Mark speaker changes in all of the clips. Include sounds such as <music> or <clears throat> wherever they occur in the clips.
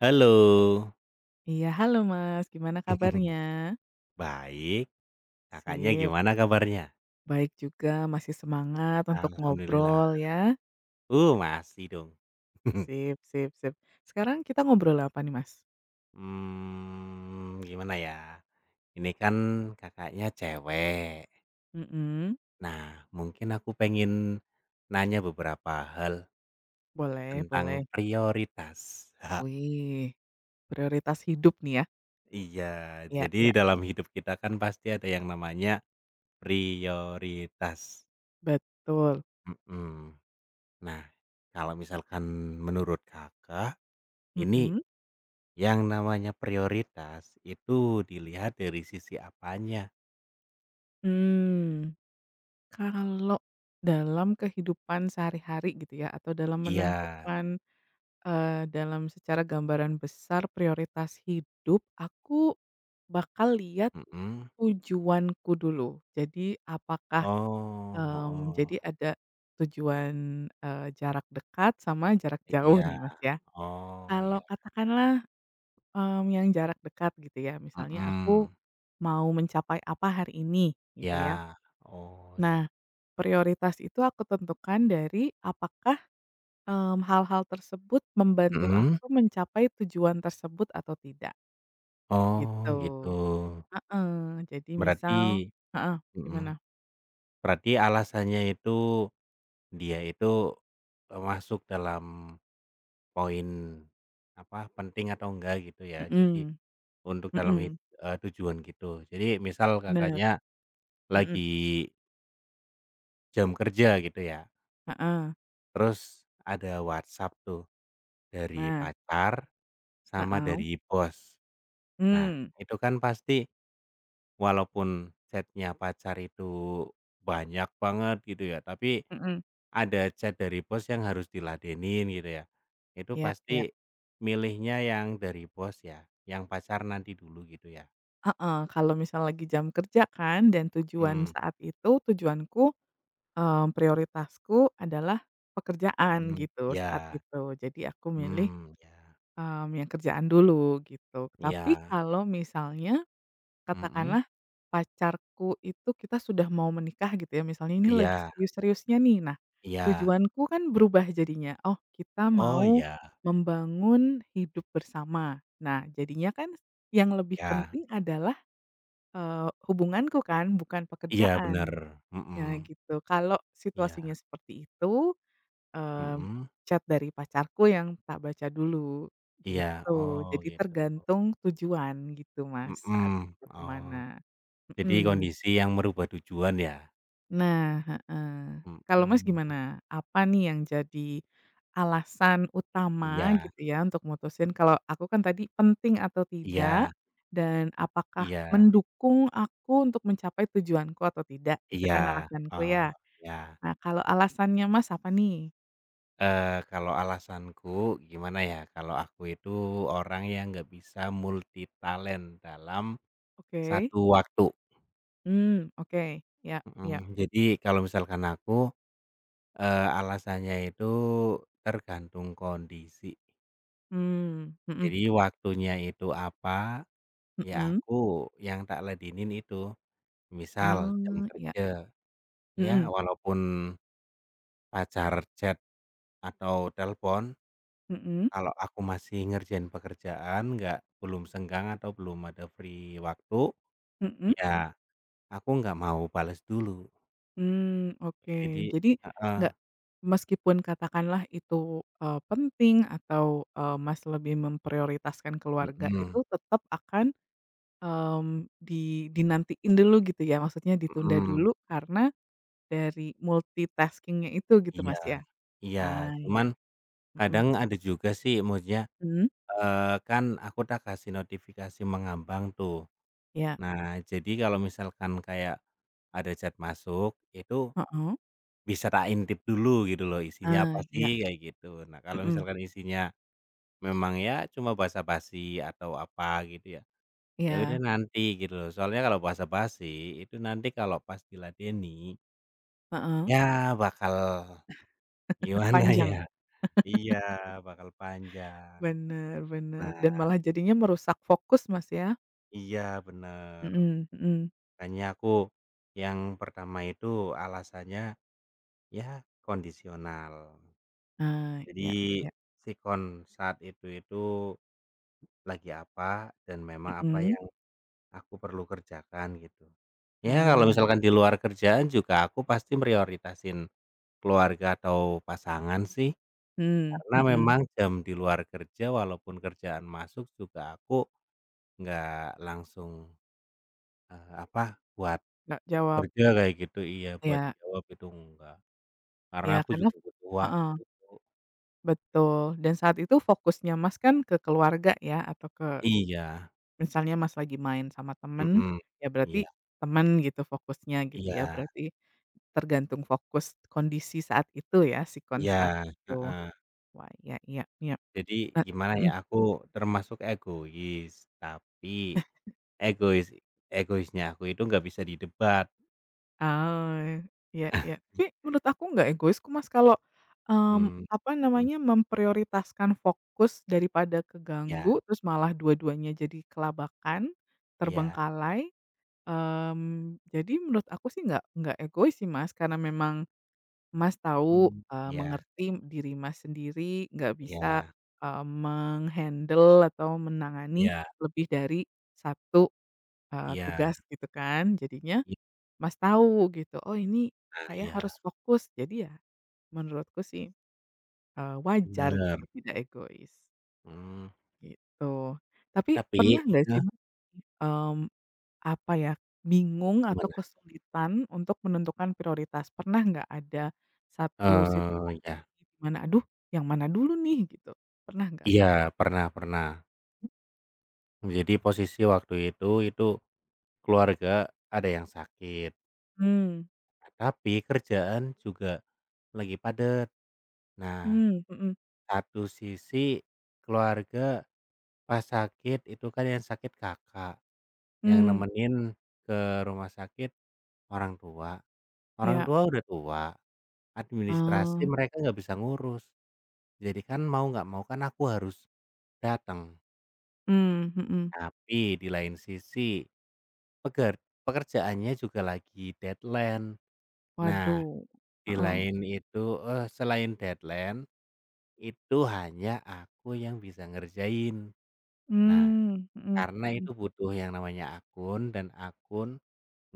Speaker 1: Halo.
Speaker 2: Iya, halo Mas, gimana kabarnya?
Speaker 1: <laughs> Baik, Kakaknya
Speaker 2: Sip,
Speaker 1: gimana kabarnya?
Speaker 2: baik juga, masih semangat untuk
Speaker 1: Alhamdulillah.
Speaker 2: ngobrol ya.
Speaker 1: Masih dong. <laughs>
Speaker 2: Sip sip sip. Sekarang kita ngobrol apa nih, Mas?
Speaker 1: Gimana ya, ini kan Kakaknya cewek.
Speaker 2: Mhm,
Speaker 1: Nah, mungkin aku pengen nanya beberapa hal
Speaker 2: boleh
Speaker 1: tentang
Speaker 2: boleh.
Speaker 1: prioritas. <laughs>
Speaker 2: Wih, prioritas hidup nih ya.
Speaker 1: Iya,
Speaker 2: Iya
Speaker 1: jadi
Speaker 2: iya,
Speaker 1: dalam hidup kita kan pasti ada yang namanya prioritas.
Speaker 2: betul.
Speaker 1: Mhm. Nah, kalau misalkan menurut Kakak, ini
Speaker 2: Mhm.
Speaker 1: yang namanya prioritas itu dilihat dari sisi apanya.
Speaker 2: Mmm, kalau dalam kehidupan sehari-hari gitu ya, atau dalam
Speaker 1: Iya,
Speaker 2: menentukan, dalam secara gambaran besar prioritas hidup, aku bakal lihat
Speaker 1: mhm.
Speaker 2: tujuanku dulu. Jadi apakah,
Speaker 1: Oh, heeh.
Speaker 2: jadi ada tujuan, jarak dekat sama jarak jauh
Speaker 1: Iya,
Speaker 2: nih, Mas, ya.
Speaker 1: oh ya,
Speaker 2: Kalau katakanlah, yang jarak dekat gitu ya, misalnya aku
Speaker 1: mhm.
Speaker 2: mau mencapai apa hari ini gitu
Speaker 1: Iya,
Speaker 2: ya.
Speaker 1: oh ya,
Speaker 2: Nah, prioritas itu aku tentukan dari apakah, hal-hal tersebut membantu
Speaker 1: mhm?
Speaker 2: aku mencapai tujuan tersebut atau tidak gitu.
Speaker 1: Oh gitu.
Speaker 2: Heeh, jadi
Speaker 1: Berarti,
Speaker 2: misal heeh, gimana?
Speaker 1: mhm, berarti alasannya itu dia itu, masuk dalam poin apa, penting atau enggak gitu ya, jadi
Speaker 2: Mhm
Speaker 1: untuk dalam
Speaker 2: mhm.
Speaker 1: tujuan gitu. Jadi misal
Speaker 2: Bener,
Speaker 1: Kakaknya
Speaker 2: mhm,
Speaker 1: lagi jam kerja gitu ya,
Speaker 2: heeh.
Speaker 1: terus ada WhatsApp tuh dari
Speaker 2: Nah
Speaker 1: pacar sama
Speaker 2: heeh,
Speaker 1: dari bos. Nah,
Speaker 2: mmm,
Speaker 1: itu kan pasti walaupun chatnya pacar itu banyak banget gitu ya, tapi
Speaker 2: mhm,
Speaker 1: ada chat dari bos yang harus diladenin gitu ya. Itu
Speaker 2: iya iya,
Speaker 1: pasti milihnya yang dari bos ya, yang pacar nanti dulu gitu ya.
Speaker 2: heeh, kalau misal lagi jam kerja kan dan tujuan
Speaker 1: Mmm,
Speaker 2: saat itu tujuanku, prioritasku adalah pekerjaan
Speaker 1: mhm,
Speaker 2: gitu
Speaker 1: ya,
Speaker 2: saat itu. Jadi aku milih,
Speaker 1: mmm, iya,
Speaker 2: yang kerjaan dulu gitu. Tapi
Speaker 1: iya,
Speaker 2: kalau misalnya
Speaker 1: mhm,
Speaker 2: katakanlah pacarku itu kita sudah mau menikah gitu ya, misalnya ini lagi
Speaker 1: iya,
Speaker 2: serius-seriusnya nih. Nah,
Speaker 1: iya,
Speaker 2: tujuanku kan berubah jadinya, oh kita
Speaker 1: oh
Speaker 2: mau
Speaker 1: ya.
Speaker 2: membangun hidup bersama. Nah, jadinya kan yang lebih
Speaker 1: Iya.
Speaker 2: penting adalah, hubunganku kan, bukan
Speaker 1: Iya bener,
Speaker 2: pekerjaan.
Speaker 1: mhm,
Speaker 2: Nah gitu, kalau situasinya
Speaker 1: iya,
Speaker 2: seperti itu, mmm,
Speaker 1: mhm,
Speaker 2: chat dari pacarku yang tak baca dulu,
Speaker 1: iya,
Speaker 2: gitu.
Speaker 1: oh
Speaker 2: Jadi
Speaker 1: gitu,
Speaker 2: tergantung tujuan gitu Mas, saat
Speaker 1: mhm,
Speaker 2: itu ke
Speaker 1: oh,
Speaker 2: mana.
Speaker 1: jadi
Speaker 2: Mhm.
Speaker 1: kondisi yang merubah tujuan ya?
Speaker 2: Nah, heeh. Kalau Mas
Speaker 1: Mhm,
Speaker 2: gimana? Apa nih yang jadi alasan utama
Speaker 1: iya,
Speaker 2: gitu ya untuk mutusin kalau aku kan tadi penting atau tidak,
Speaker 1: iya,
Speaker 2: dan apakah
Speaker 1: iya,
Speaker 2: mendukung aku untuk mencapai tujuanku atau tidak, itu
Speaker 1: iya,
Speaker 2: kan alasanku
Speaker 1: oh
Speaker 2: ya.
Speaker 1: iya,
Speaker 2: Nah kalau alasannya Mas apa nih?
Speaker 1: kalau alasanku gimana ya, kalau aku itu orang yang nggak bisa multi-talent dalam
Speaker 2: Oke.
Speaker 1: satu waktu,
Speaker 2: Mmm, oke. Ya
Speaker 1: mhm,
Speaker 2: ya.
Speaker 1: jadi kalau misalkan aku, alasannya itu tergantung kondisi.
Speaker 2: Mmm, mhm
Speaker 1: Jadi waktunya itu apa, ya
Speaker 2: mhm.
Speaker 1: aku yang tak ladenin itu. Misal jam
Speaker 2: Oh, ya.
Speaker 1: kerja, ya
Speaker 2: Mhm
Speaker 1: walaupun pacar chat atau telepon,
Speaker 2: mhm
Speaker 1: kalau aku masih ngerjain pekerjaan, nggak belum senggang atau belum ada free waktu,
Speaker 2: mhm.
Speaker 1: ya aku nggak mau bales dulu.
Speaker 2: Hmm oke.
Speaker 1: Jadi,
Speaker 2: Jadi
Speaker 1: heeh,
Speaker 2: nggak meskipun katakanlah itu, penting atau, Mas lebih memprioritaskan keluarga
Speaker 1: mhm,
Speaker 2: itu tetap akan, mmm, di dinantiin dulu gitu ya? Maksudnya ditunda
Speaker 1: mhm,
Speaker 2: dulu karena dari multitaskingnya itu gitu
Speaker 1: iya,
Speaker 2: Mas ya?
Speaker 1: iya,
Speaker 2: Ah, ya iya,
Speaker 1: cuman
Speaker 2: mhm,
Speaker 1: kadang ada juga sih maksudnya,
Speaker 2: mhm,
Speaker 1: eee, kan aku tak kasih notifikasi mengambang tuh.
Speaker 2: iya,
Speaker 1: Nah, jadi kalau misalkan kayak ada chat masuk, itu
Speaker 2: heeh,
Speaker 1: bisa tak intip dulu gitu loh, isinya apa
Speaker 2: ah, ya iya,
Speaker 1: sih, kayak gitu. Nah, kalau
Speaker 2: mhm,
Speaker 1: misalkan isinya memang ya cuma basa-basi atau apa gitu ya, ya udah
Speaker 2: iya,
Speaker 1: nanti gitu loh. Soalnya kalau basa-basi itu nanti kalau pas diladeni,
Speaker 2: heeh,
Speaker 1: ya bakal <laughs> gimana ya,
Speaker 2: panjang,
Speaker 1: iya, bakal panjang.
Speaker 2: bener bener dan
Speaker 1: Nah,
Speaker 2: malah jadinya merusak fokus Mas ya?
Speaker 1: iya, bener.
Speaker 2: Mhm mhm.
Speaker 1: Makanya aku yang pertama itu alasannya ya kondisional.
Speaker 2: Ah,
Speaker 1: Jadi,
Speaker 2: iya iya,
Speaker 1: si kon saat itu lagi apa dan memang apa
Speaker 2: mhm,
Speaker 1: yang aku perlu kerjakan gitu. Ya kalau
Speaker 2: ah,
Speaker 1: misalkan di luar kerjaan juga aku pasti prioritasin keluarga atau pasangan sih,
Speaker 2: mhm
Speaker 1: karena
Speaker 2: mhm,
Speaker 1: memang jam di luar kerja walaupun kerjaan masuk juga aku nggak langsung, apa, buat
Speaker 2: nggak jawab,
Speaker 1: kerja kayak gitu iya, buat
Speaker 2: iya
Speaker 1: jawab itu enggak, karena
Speaker 2: iya
Speaker 1: aku
Speaker 2: karena
Speaker 1: juga butuh
Speaker 2: heeh,
Speaker 1: waktu.
Speaker 2: betul dan saat itu fokusnya Mas kan ke keluarga ya atau ke
Speaker 1: Iya,
Speaker 2: misalnya Mas lagi main sama temen,
Speaker 1: mhm,
Speaker 2: ya
Speaker 1: iya,
Speaker 2: berarti temen gitu fokusnya gitu ya
Speaker 1: iya,
Speaker 2: berarti tergantung fokus kondisi saat itu ya, sikon
Speaker 1: iya,
Speaker 2: saat itu.
Speaker 1: heeh.
Speaker 2: Wah, iya iya iya,
Speaker 1: Jadi
Speaker 2: nah
Speaker 1: gimana
Speaker 2: mhm.
Speaker 1: ya, aku termasuk egois, tapi egois egoisnya aku itu nggak bisa didebat,
Speaker 2: Oh, iya iya. Tapi menurut aku nggak egoisku, Mas, kalau,
Speaker 1: mmm,
Speaker 2: apa
Speaker 1: mhm,
Speaker 2: namanya, memprioritaskan fokus daripada
Speaker 1: iya,
Speaker 2: keganggu, terus malah dua-duanya jadi kelabakan,
Speaker 1: iya,
Speaker 2: terbengkalai, jadi menurut aku sih nggak egois sih, Mas, karena memang Mas tahu,
Speaker 1: mmm, iya,
Speaker 2: mengerti diri Mas sendiri nggak bisa,
Speaker 1: iya,
Speaker 2: meng-handle atau menangani
Speaker 1: iya,
Speaker 2: lebih dari satu
Speaker 1: iya,
Speaker 2: tugas gitu kan. Jadinya
Speaker 1: iya,
Speaker 2: Mas tahu gitu, oh ini saya
Speaker 1: iya,
Speaker 2: harus fokus. Jadi ya menurutku sih, wajar
Speaker 1: bener,
Speaker 2: gitu tidak egois,
Speaker 1: mmm,
Speaker 2: gitu. Tapi
Speaker 1: tapi
Speaker 2: pernah nggak sih
Speaker 1: heeh,
Speaker 2: Mas, mmm, apa ya, bingung atau
Speaker 1: gimana?
Speaker 2: kesulitan untuk menentukan prioritas? Pernah nggak ada satu situasi
Speaker 1: Iya,
Speaker 2: di mana, "Aduh yang mana dulu nih?" Gitu, pernah nggak?
Speaker 1: iya, pernah, pernah. Jadi posisi waktu itu keluarga ada yang sakit,
Speaker 2: Hmm
Speaker 1: tapi kerjaan juga lagi padat. Nah,
Speaker 2: hmm hmm
Speaker 1: satu sisi keluarga pas sakit itu kan yang sakit Kakak, yang
Speaker 2: mmm,
Speaker 1: nemenin ke rumah sakit orang tua. Orang
Speaker 2: iya,
Speaker 1: tua udah tua, administrasi
Speaker 2: oh,
Speaker 1: mereka nggak bisa ngurus. Jadi kan mau nggak mau kan aku harus datang.
Speaker 2: hmm mhm,
Speaker 1: Tapi di lain sisi peker pekerjaannya juga lagi deadline. Nah,
Speaker 2: waduh,
Speaker 1: di
Speaker 2: heeh,
Speaker 1: lain itu, selain deadline, itu hanya aku yang bisa ngerjain. Nah,
Speaker 2: hmm hmm
Speaker 1: karena
Speaker 2: mhm.
Speaker 1: itu butuh yang namanya akun, dan akun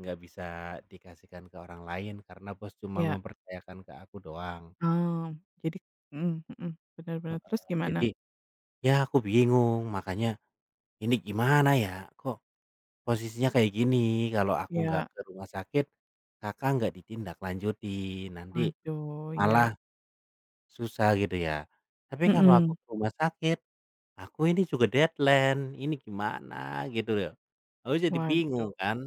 Speaker 1: nggak bisa dikasihkan ke orang lain karena Bos cuma
Speaker 2: Iya,
Speaker 1: mempercayakan ke aku doang.
Speaker 2: oh, jadi mhm mhm, bener bener, terus
Speaker 1: Jadi,
Speaker 2: gimana?
Speaker 1: ya aku bingung makanya, ini gimana ya? Kok posisinya kayak gini? Kalau aku nggak
Speaker 2: Iya,
Speaker 1: ke rumah sakit, Kakak nggak ditindaklanjuti, nanti
Speaker 2: waduh, iya,
Speaker 1: malah susah gitu ya. Tapi kalau aku
Speaker 2: mhm,
Speaker 1: ke rumah sakit, aku ini juga deadline, ini gimana gitu loh. Aku jadi bingung
Speaker 2: waduh,
Speaker 1: kan.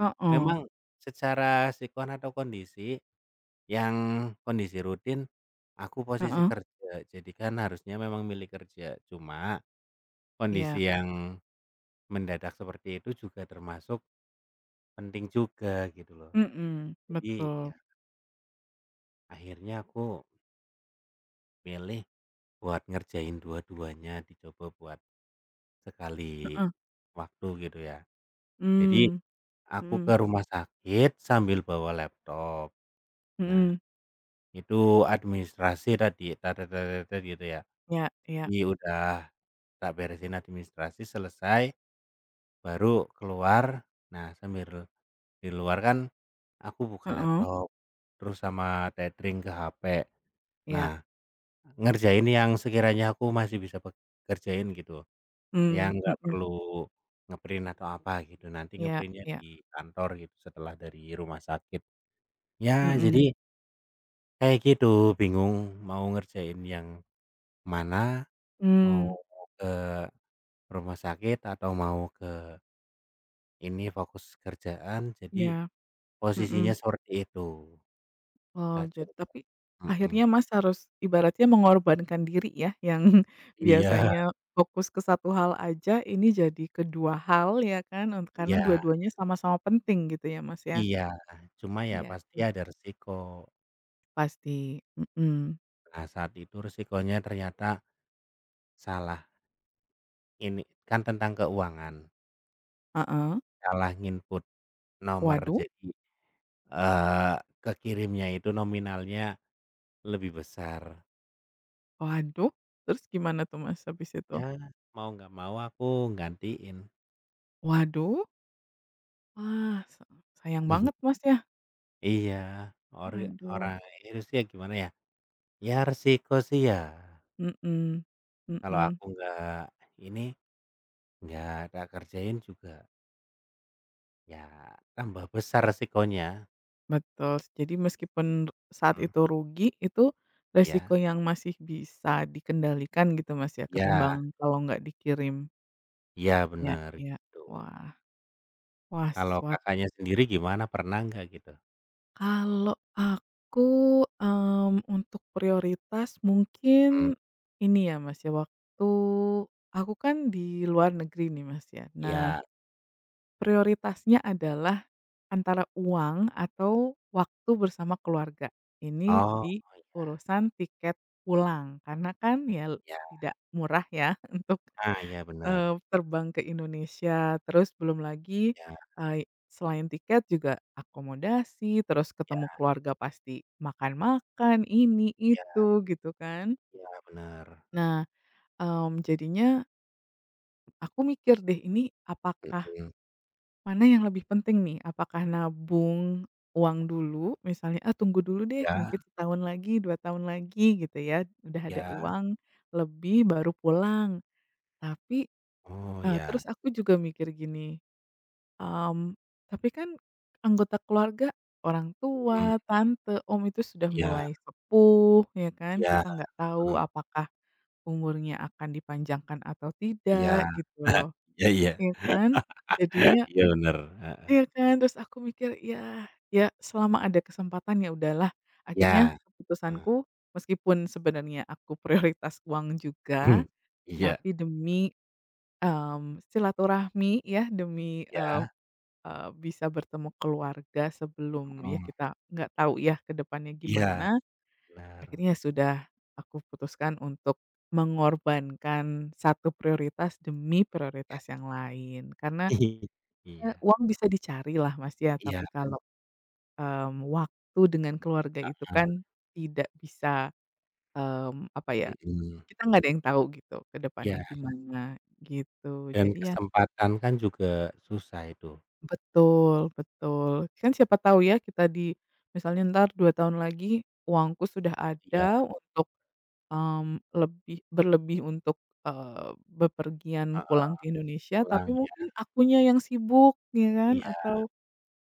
Speaker 2: heeh,
Speaker 1: Memang secara sikon atau kondisi, yang kondisi rutin, aku posisi
Speaker 2: heeh,
Speaker 1: kerja, jadi kan harusnya memang milih kerja. Cuma
Speaker 2: iya,
Speaker 1: kondisi yang mendadak seperti itu juga termasuk penting juga gitu loh.
Speaker 2: mhm,
Speaker 1: Jadi
Speaker 2: betul,
Speaker 1: ya akhirnya aku milih buat ngerjain dua-duanya, dicoba buat sekali
Speaker 2: heeh,
Speaker 1: waktu gitu ya. Jadi
Speaker 2: mmm,
Speaker 1: aku ke
Speaker 2: mhm
Speaker 1: rumah sakit sambil bawa laptop. Nah,
Speaker 2: mhm,
Speaker 1: itu administrasi tadi tata gitu ya.
Speaker 2: iya iya,
Speaker 1: Jadi udah tak beresin administrasi selesai, baru keluar. Nah, sambil di luar kan aku buka
Speaker 2: heeh,
Speaker 1: laptop, terus sama tethering ke HP. Nah,
Speaker 2: iya,
Speaker 1: ngerjain yang sekiranya aku masih bisa kerjain gitu, yang
Speaker 2: mmm,
Speaker 1: nggak
Speaker 2: mhm,
Speaker 1: perlu ngeprint atau apa gitu, nanti
Speaker 2: iya
Speaker 1: ngeprintnya
Speaker 2: iya,
Speaker 1: di kantor gitu setelah dari rumah sakit. Ya
Speaker 2: mhm,
Speaker 1: jadi kayak gitu, bingung mau ngerjain yang mana, mau
Speaker 2: mmm,
Speaker 1: ke rumah sakit atau mau ke. Ini fokus kerjaan, jadi
Speaker 2: iya,
Speaker 1: posisinya
Speaker 2: mhm.
Speaker 1: seperti itu,
Speaker 2: Oh,
Speaker 1: Kak,
Speaker 2: jadi tapi akhirnya
Speaker 1: mhm.
Speaker 2: Mas harus ibaratnya mengorbankan diri ya, yang <laughs>
Speaker 1: Iya.
Speaker 2: biasanya fokus ke satu hal aja, ini jadi kedua hal ya kan, karena
Speaker 1: Iya,
Speaker 2: dua-duanya sama-sama penting gitu ya, Mas, ya?
Speaker 1: iya, cuma ya
Speaker 2: Iya
Speaker 1: pasti
Speaker 2: iya,
Speaker 1: ada resiko.
Speaker 2: pasti, mhm,
Speaker 1: Nah, saat itu resikonya ternyata salah, ini kan tentang keuangan,
Speaker 2: heeh.
Speaker 1: salah nginput nomor
Speaker 2: Waduh
Speaker 1: jadi, eee, kekirimnya itu nominalnya lebih besar.
Speaker 2: waduh, terus gimana tuh, Mas, habis itu?
Speaker 1: Ya mau nggak mau aku gantiin.
Speaker 2: Waduh, wah, sayang banget,
Speaker 1: <laughs>
Speaker 2: Mas, ya?
Speaker 1: Iya, org
Speaker 2: Aduh,
Speaker 1: orang itu sih ya gimana ya, ya resiko sih ya.
Speaker 2: mhm,
Speaker 1: Kalau
Speaker 2: mhm.
Speaker 1: aku nggak ini, nggak tak kerjain juga, ya tambah besar resikonya.
Speaker 2: Betul, jadi meskipun saat
Speaker 1: Mhm,
Speaker 2: itu rugi, itu resiko
Speaker 1: iya,
Speaker 2: yang masih bisa dikendalikan gitu, Mas, ya,
Speaker 1: iya,
Speaker 2: ketimbang kalau nggak dikirim.
Speaker 1: iya,
Speaker 2: Ya
Speaker 1: bener
Speaker 2: iya.
Speaker 1: gitu.
Speaker 2: Wah wah
Speaker 1: Kalau
Speaker 2: sesuatu
Speaker 1: Kakaknya sendiri gimana, pernah nggak gitu?
Speaker 2: kalau aku, untuk prioritas
Speaker 1: Mmm,
Speaker 2: mungkin ini ya, Mas, ya, waktu aku kan di luar negeri nih, Mas, ya. Nah,
Speaker 1: iya.
Speaker 2: prioritasnya adalah antara uang atau waktu bersama keluarga. Ini
Speaker 1: Oh,
Speaker 2: di urusan tiket pulang, karena kan ya
Speaker 1: iya.
Speaker 2: tidak murah ya <laughs> untuk,
Speaker 1: Ah, iya bener.
Speaker 2: terbang ke Indonesia. Terus belum lagi,
Speaker 1: Iya,
Speaker 2: selain tiket juga akomodasi, terus ketemu
Speaker 1: iya,
Speaker 2: keluarga pasti makan-makan, ini,
Speaker 1: iya,
Speaker 2: itu, gitu kan.
Speaker 1: iya bener.
Speaker 2: Nah, jadinya aku mikir deh, ini apakah
Speaker 1: Mhm,
Speaker 2: mana yang lebih penting nih? Apakah nabung uang dulu, misalnya, "Ah, tunggu dulu deh,
Speaker 1: iya, iya.
Speaker 2: mungkin setahun lagi, 2 tahun lagi," gitu ya, udah ada uang lebih baru pulang. Tapi,
Speaker 1: Oh iya,
Speaker 2: terus aku juga mikir gini, mmm, tapi kan anggota keluarga, orang
Speaker 1: mhm,
Speaker 2: tua, tante, om itu sudah
Speaker 1: iya,
Speaker 2: mulai sepuh, ya kan,
Speaker 1: iya,
Speaker 2: kita nggak tahu
Speaker 1: mhm,
Speaker 2: apakah umurnya akan dipanjangkan atau
Speaker 1: iya,
Speaker 2: tidak, gitu loh,
Speaker 1: iya, iya.
Speaker 2: ya kan? Jadinya
Speaker 1: Iya bener, heeh.
Speaker 2: iya kan, terus aku mikir, ya ya selama ada kesempatan ya udahlah. Akhirnya
Speaker 1: Iya, heeh.
Speaker 2: keputusanku, meskipun sebenarnya aku <laughs> prioritas uang juga,
Speaker 1: <clears throat> Iya,
Speaker 2: tapi demi, silaturahmi ya, demi, eee
Speaker 1: iya,
Speaker 2: eee, bisa bertemu keluarga sebelum ya
Speaker 1: mhm.
Speaker 2: kita nggak tahu ya ke depannya
Speaker 1: Iya,
Speaker 2: gimana,
Speaker 1: benar.
Speaker 2: akhirnya ya sudah aku putuskan untuk mengorbankan satu prioritas demi prioritas yang lain. Karena,
Speaker 1: <laughs> Iya.
Speaker 2: uang bisa dicari lah Mas ya,
Speaker 1: Iya,
Speaker 2: tapi kalau waktu dengan keluarga itu kan tidak bisa, apa ya,
Speaker 1: mhm,
Speaker 2: kita nggak ada yang tahu gitu ke depannya
Speaker 1: iya,
Speaker 2: gimana, gitu.
Speaker 1: dan
Speaker 2: Jadi ya
Speaker 1: kesempatan kan juga susah itu.
Speaker 2: betul betul. Kan siapa tahu ya kita di misalnya entar 2 tahun lagi uangku sudah
Speaker 1: Iya,
Speaker 2: ada untuk, lebih berlebih untuk, bepergian
Speaker 1: heeh,
Speaker 2: pulang ke Indonesia,
Speaker 1: pulang
Speaker 2: tapi
Speaker 1: ya,
Speaker 2: mungkin akunya yang sibuk ya kan
Speaker 1: iya,
Speaker 2: atau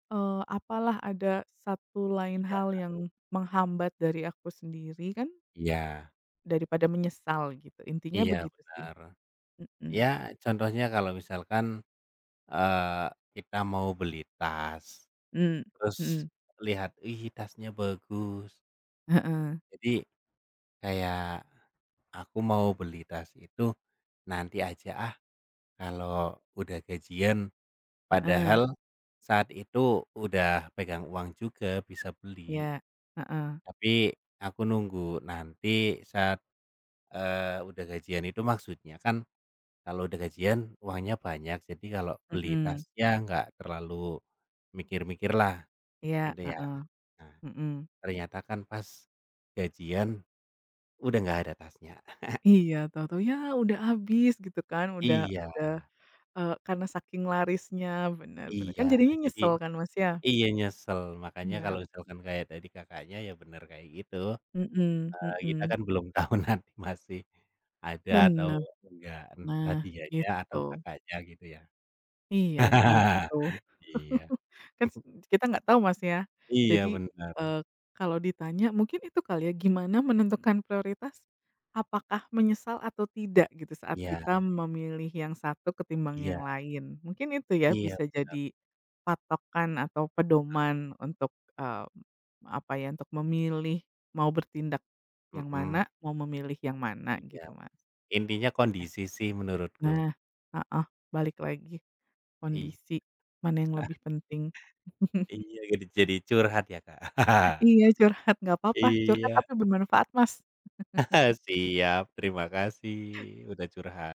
Speaker 2: Apalah ada satu lain hal
Speaker 1: iya,
Speaker 2: yang menghambat dari aku sendiri kan
Speaker 1: iya,
Speaker 2: daripada menyesal gitu, intinya
Speaker 1: iya,
Speaker 2: begitu sih.
Speaker 1: benar. Ya,
Speaker 2: Mhm,
Speaker 1: contohnya kalau misalkan, eee, kita mau beli tas,
Speaker 2: mmm,
Speaker 1: terus
Speaker 2: mhm,
Speaker 1: lihat, "Ih, tasnya bagus."
Speaker 2: heeh
Speaker 1: Jadi kayak, "Aku mau beli tas itu nanti aja ah, kalau udah gajian."
Speaker 2: heeh,
Speaker 1: Padahal saat itu udah pegang uang juga, bisa beli,
Speaker 2: iya, heeh,
Speaker 1: tapi aku nunggu nanti saat, udah gajian itu maksudnya kan kalau udah gajian uangnya banyak, jadi kalau beli tas
Speaker 2: mhm,
Speaker 1: ya nggak terlalu mikir-mikir lah
Speaker 2: iya,
Speaker 1: gitu ya.
Speaker 2: heeh,
Speaker 1: Nah,
Speaker 2: mhm.
Speaker 1: ternyata kan pas gajian udah nggak ada tasnya.
Speaker 2: Iya, tahu-tahu, ya udah habis gitu kan,
Speaker 1: Iya,
Speaker 2: udah, karena saking larisnya, bener bener,
Speaker 1: iya,
Speaker 2: kan jadinya
Speaker 1: jadi
Speaker 2: nyesel kan, Mas, ya?
Speaker 1: iya nyesel, makanya
Speaker 2: Iya,
Speaker 1: kalau misalkan kayak tadi Kakaknya ya bener kayak gitu.
Speaker 2: mhm
Speaker 1: Nah, kita
Speaker 2: mhm,
Speaker 1: kan belum tahu <laughs> nanti masih ada atau
Speaker 2: bener,
Speaker 1: enggak, entah
Speaker 2: nah
Speaker 1: dianya
Speaker 2: gitu,
Speaker 1: atau Kakaknya gitu ya.
Speaker 2: iya gitu.
Speaker 1: <laughs> Iya.
Speaker 2: <laughs> Kan kita nggak tahu Mas ya.
Speaker 1: Iya,
Speaker 2: Jadi,
Speaker 1: benar.
Speaker 2: eee, kalau ditanya mungkin itu kali ya, gimana menentukan prioritas, apakah menyesal atau tidak gitu saat
Speaker 1: Iya,
Speaker 2: kita memilih yang satu ketimbang yang
Speaker 1: iya,
Speaker 2: lain. Mungkin itu ya
Speaker 1: iya,
Speaker 2: bisa jadi patokan atau pedoman untuk, eee, apa ya, untuk memilih mau bertindak yang
Speaker 1: mhm,
Speaker 2: mana, mau memilih yang mana
Speaker 1: iya.
Speaker 2: gitu Mas.
Speaker 1: Intinya kondisi sih menurutku.
Speaker 2: Nah ah ah, balik lagi
Speaker 1: Iya,
Speaker 2: kondisi, mana yang lebih
Speaker 1: <laughs>
Speaker 2: penting.
Speaker 1: iya, jadi curhat ya, Kak. <laughs>
Speaker 2: Iya curhat, nggak apa-apa, curhat
Speaker 1: Iya,
Speaker 2: tapi bermanfaat Mas.
Speaker 1: <laughs> siap. Terima kasih udah curhat.